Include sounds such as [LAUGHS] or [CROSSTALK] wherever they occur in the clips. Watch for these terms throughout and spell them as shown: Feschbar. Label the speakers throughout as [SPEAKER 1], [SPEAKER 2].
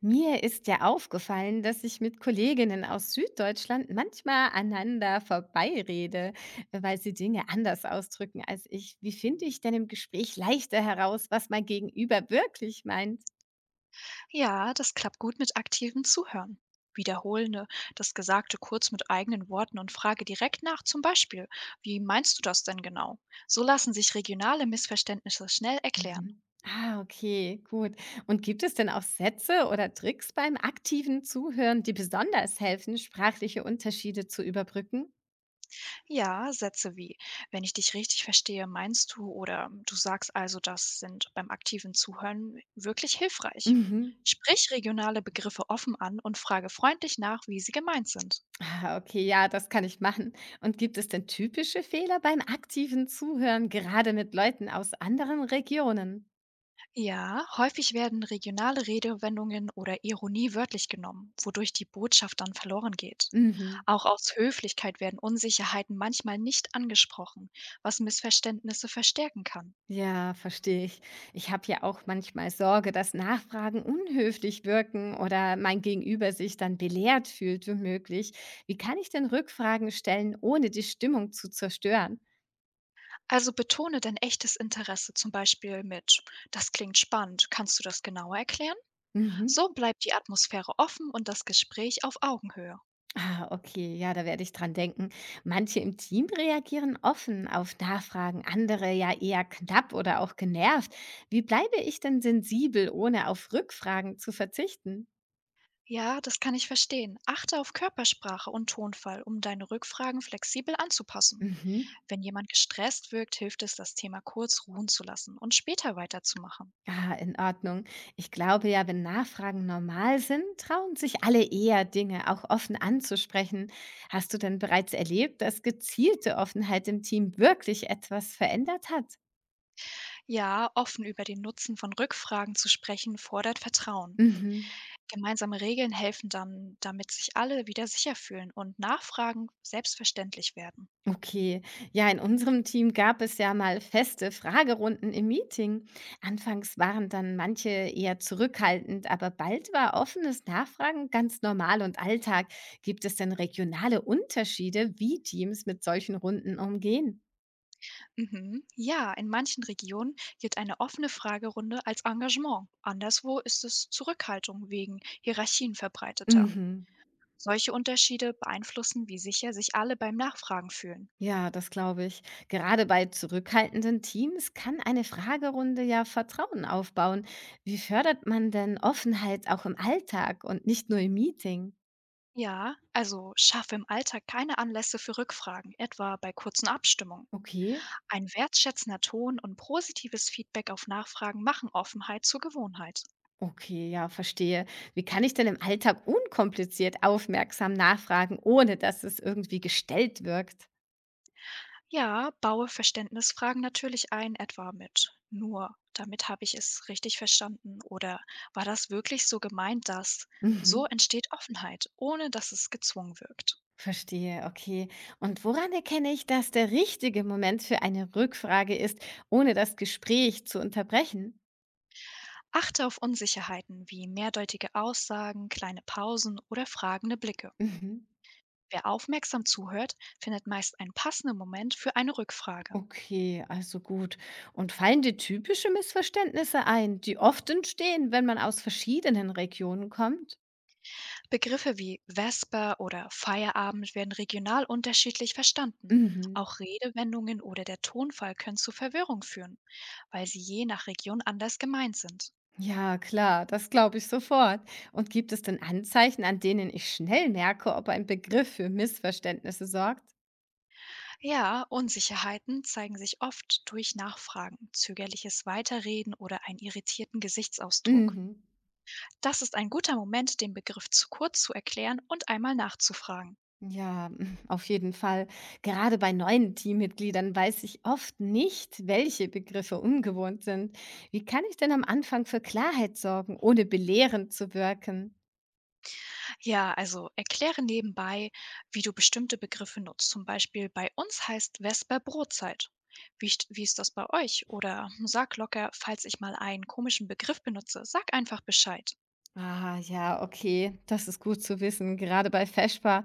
[SPEAKER 1] Mir ist ja aufgefallen, dass ich mit Kolleginnen aus Süddeutschland manchmal aneinander vorbeirede, weil sie Dinge anders ausdrücken als ich. Wie finde ich denn im Gespräch leichter heraus, was mein Gegenüber wirklich meint?
[SPEAKER 2] Ja, das klappt gut mit aktivem Zuhören. Wiederhole das Gesagte kurz mit eigenen Worten und frage direkt nach, zum Beispiel, wie meinst du das denn genau? So lassen sich regionale Missverständnisse schnell erklären.
[SPEAKER 1] Mhm. Ah, okay, gut. Und gibt es denn auch Sätze oder Tricks beim aktiven Zuhören, die besonders helfen, sprachliche Unterschiede zu überbrücken?
[SPEAKER 2] Ja, Sätze wie, wenn ich dich richtig verstehe, meinst du oder du sagst also, das sind beim aktiven Zuhören wirklich hilfreich.
[SPEAKER 1] Mhm.
[SPEAKER 2] Sprich regionale Begriffe offen an und frage freundlich nach, wie sie gemeint sind.
[SPEAKER 1] Ah, okay, ja, das kann ich machen. Und gibt es denn typische Fehler beim aktiven Zuhören, gerade mit Leuten aus anderen Regionen?
[SPEAKER 2] Ja, häufig werden regionale Redewendungen oder Ironie wörtlich genommen, wodurch die Botschaft dann verloren geht.
[SPEAKER 1] Mhm.
[SPEAKER 2] Auch aus Höflichkeit werden Unsicherheiten manchmal nicht angesprochen, was Missverständnisse verstärken kann.
[SPEAKER 1] Ja, verstehe ich. Ich habe ja auch manchmal Sorge, dass Nachfragen unhöflich wirken oder mein Gegenüber sich dann belehrt fühlt, womöglich. Wie kann ich denn Rückfragen stellen, ohne die Stimmung zu zerstören?
[SPEAKER 2] Also betone dein echtes Interesse zum Beispiel mit, das klingt spannend, kannst du das genauer erklären?
[SPEAKER 1] Mhm.
[SPEAKER 2] So bleibt die Atmosphäre offen und das Gespräch auf Augenhöhe.
[SPEAKER 1] Ah, okay, ja, da werde ich dran denken. Manche im Team reagieren offen auf Nachfragen, andere ja eher knapp oder auch genervt. Wie bleibe ich denn sensibel, ohne auf Rückfragen zu verzichten?
[SPEAKER 2] Ja, das kann ich verstehen. Achte auf Körpersprache und Tonfall, um deine Rückfragen flexibel anzupassen.
[SPEAKER 1] Mhm.
[SPEAKER 2] Wenn jemand gestresst wirkt, hilft es, das Thema kurz ruhen zu lassen und später weiterzumachen.
[SPEAKER 1] Ah, in Ordnung. Ich glaube ja, wenn Nachfragen normal sind, trauen sich alle eher, Dinge auch offen anzusprechen. Hast du denn bereits erlebt, dass gezielte Offenheit im Team wirklich etwas verändert hat?
[SPEAKER 2] Ja, offen über den Nutzen von Rückfragen zu sprechen, fordert Vertrauen.
[SPEAKER 1] Mhm.
[SPEAKER 2] Gemeinsame Regeln helfen dann, damit sich alle wieder sicher fühlen und Nachfragen selbstverständlich werden.
[SPEAKER 1] Okay, ja, in unserem Team gab es ja mal feste Fragerunden im Meeting. Anfangs waren dann manche eher zurückhaltend, aber bald war offenes Nachfragen ganz normal und Alltag. Gibt es denn regionale Unterschiede, wie Teams mit solchen Runden umgehen?
[SPEAKER 2] Mhm. Ja, in manchen Regionen gilt eine offene Fragerunde als Engagement. Anderswo ist es Zurückhaltung wegen Hierarchien verbreiteter.
[SPEAKER 1] Mhm.
[SPEAKER 2] Solche Unterschiede beeinflussen, wie sicher sich alle beim Nachfragen fühlen.
[SPEAKER 1] Ja, das glaube ich. Gerade bei zurückhaltenden Teams kann eine Fragerunde ja Vertrauen aufbauen. Wie fördert man denn Offenheit auch im Alltag und nicht nur im Meeting?
[SPEAKER 2] Ja, also schaffe im Alltag keine Anlässe für Rückfragen, etwa bei kurzen Abstimmungen.
[SPEAKER 1] Okay.
[SPEAKER 2] Ein wertschätzender Ton und positives Feedback auf Nachfragen machen Offenheit zur Gewohnheit.
[SPEAKER 1] Okay, ja, verstehe. Wie kann ich denn im Alltag unkompliziert aufmerksam nachfragen, ohne dass es irgendwie gestellt wirkt?
[SPEAKER 2] Ja, baue Verständnisfragen natürlich ein, etwa mit nur, damit habe ich es richtig verstanden oder war das wirklich so gemeint, dass
[SPEAKER 1] Mhm.
[SPEAKER 2] so entsteht Offenheit, ohne dass es gezwungen wirkt.
[SPEAKER 1] Verstehe, okay. Und woran erkenne ich, dass der richtige Moment für eine Rückfrage ist, ohne das Gespräch zu unterbrechen?
[SPEAKER 2] Achte auf Unsicherheiten wie mehrdeutige Aussagen, kleine Pausen oder fragende Blicke.
[SPEAKER 1] Mhm.
[SPEAKER 2] Wer aufmerksam zuhört, findet meist einen passenden Moment für eine Rückfrage.
[SPEAKER 1] Okay, also gut. Und fallen dir typische Missverständnisse ein, die oft entstehen, wenn man aus verschiedenen Regionen kommt?
[SPEAKER 2] Begriffe wie Vesper oder Feierabend werden regional unterschiedlich verstanden.
[SPEAKER 1] Mhm.
[SPEAKER 2] Auch Redewendungen oder der Tonfall können zu Verwirrung führen, weil sie je nach Region anders gemeint sind.
[SPEAKER 1] Ja, klar, das glaube ich sofort. Und gibt es denn Anzeichen, an denen ich schnell merke, ob ein Begriff für Missverständnisse sorgt?
[SPEAKER 2] Ja, Unsicherheiten zeigen sich oft durch Nachfragen, zögerliches Weiterreden oder einen irritierten Gesichtsausdruck.
[SPEAKER 1] Mhm.
[SPEAKER 2] Das ist ein guter Moment, den Begriff zu kurz zu erklären und einmal nachzufragen.
[SPEAKER 1] Ja, [LAUGHS] auf jeden Fall. Gerade bei neuen Teammitgliedern weiß ich oft nicht, welche Begriffe ungewohnt sind. Wie kann ich denn am Anfang für Klarheit sorgen, ohne belehrend zu wirken?
[SPEAKER 2] Ja, also erkläre nebenbei, wie du bestimmte Begriffe nutzt. Zum Beispiel bei uns heißt Vesper Brotzeit. Wie ist das bei euch? Oder sag locker, falls ich mal einen komischen Begriff benutze, sag einfach Bescheid.
[SPEAKER 1] Ah, ja, okay. Das ist gut zu wissen, gerade bei Feschbar.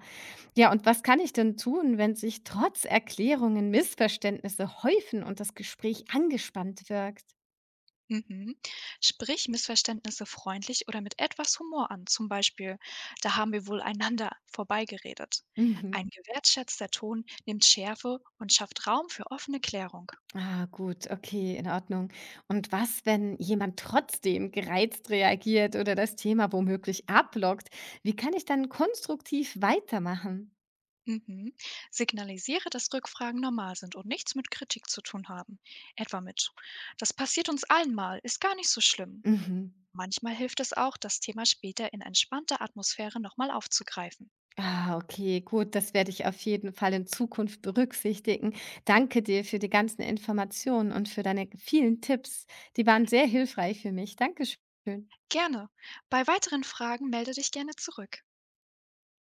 [SPEAKER 1] Ja, und was kann ich denn tun, wenn sich trotz Erklärungen Missverständnisse häufen und das Gespräch angespannt wirkt?
[SPEAKER 2] Mhm. Sprich Missverständnisse freundlich oder mit etwas Humor an. Zum Beispiel, da haben wir wohl einander vorbeigeredet.
[SPEAKER 1] Mhm.
[SPEAKER 2] Ein gewertschätzter Ton nimmt Schärfe und schafft Raum für offene Klärung.
[SPEAKER 1] Ah, gut, okay, in Ordnung. Und was, wenn jemand trotzdem gereizt reagiert oder das Thema womöglich abblockt? Wie kann ich dann konstruktiv weitermachen?
[SPEAKER 2] Mhm. Signalisiere, dass Rückfragen normal sind und nichts mit Kritik zu tun haben. Etwa mit, das passiert uns allen mal, ist gar nicht so schlimm.
[SPEAKER 1] Mhm.
[SPEAKER 2] Manchmal hilft es auch, das Thema später in entspannter Atmosphäre nochmal aufzugreifen.
[SPEAKER 1] Ah, okay, gut, das werde ich auf jeden Fall in Zukunft berücksichtigen. Danke dir für die ganzen Informationen und für deine vielen Tipps. Die waren sehr hilfreich für mich. Dankeschön.
[SPEAKER 2] Gerne. Bei weiteren Fragen melde dich gerne zurück.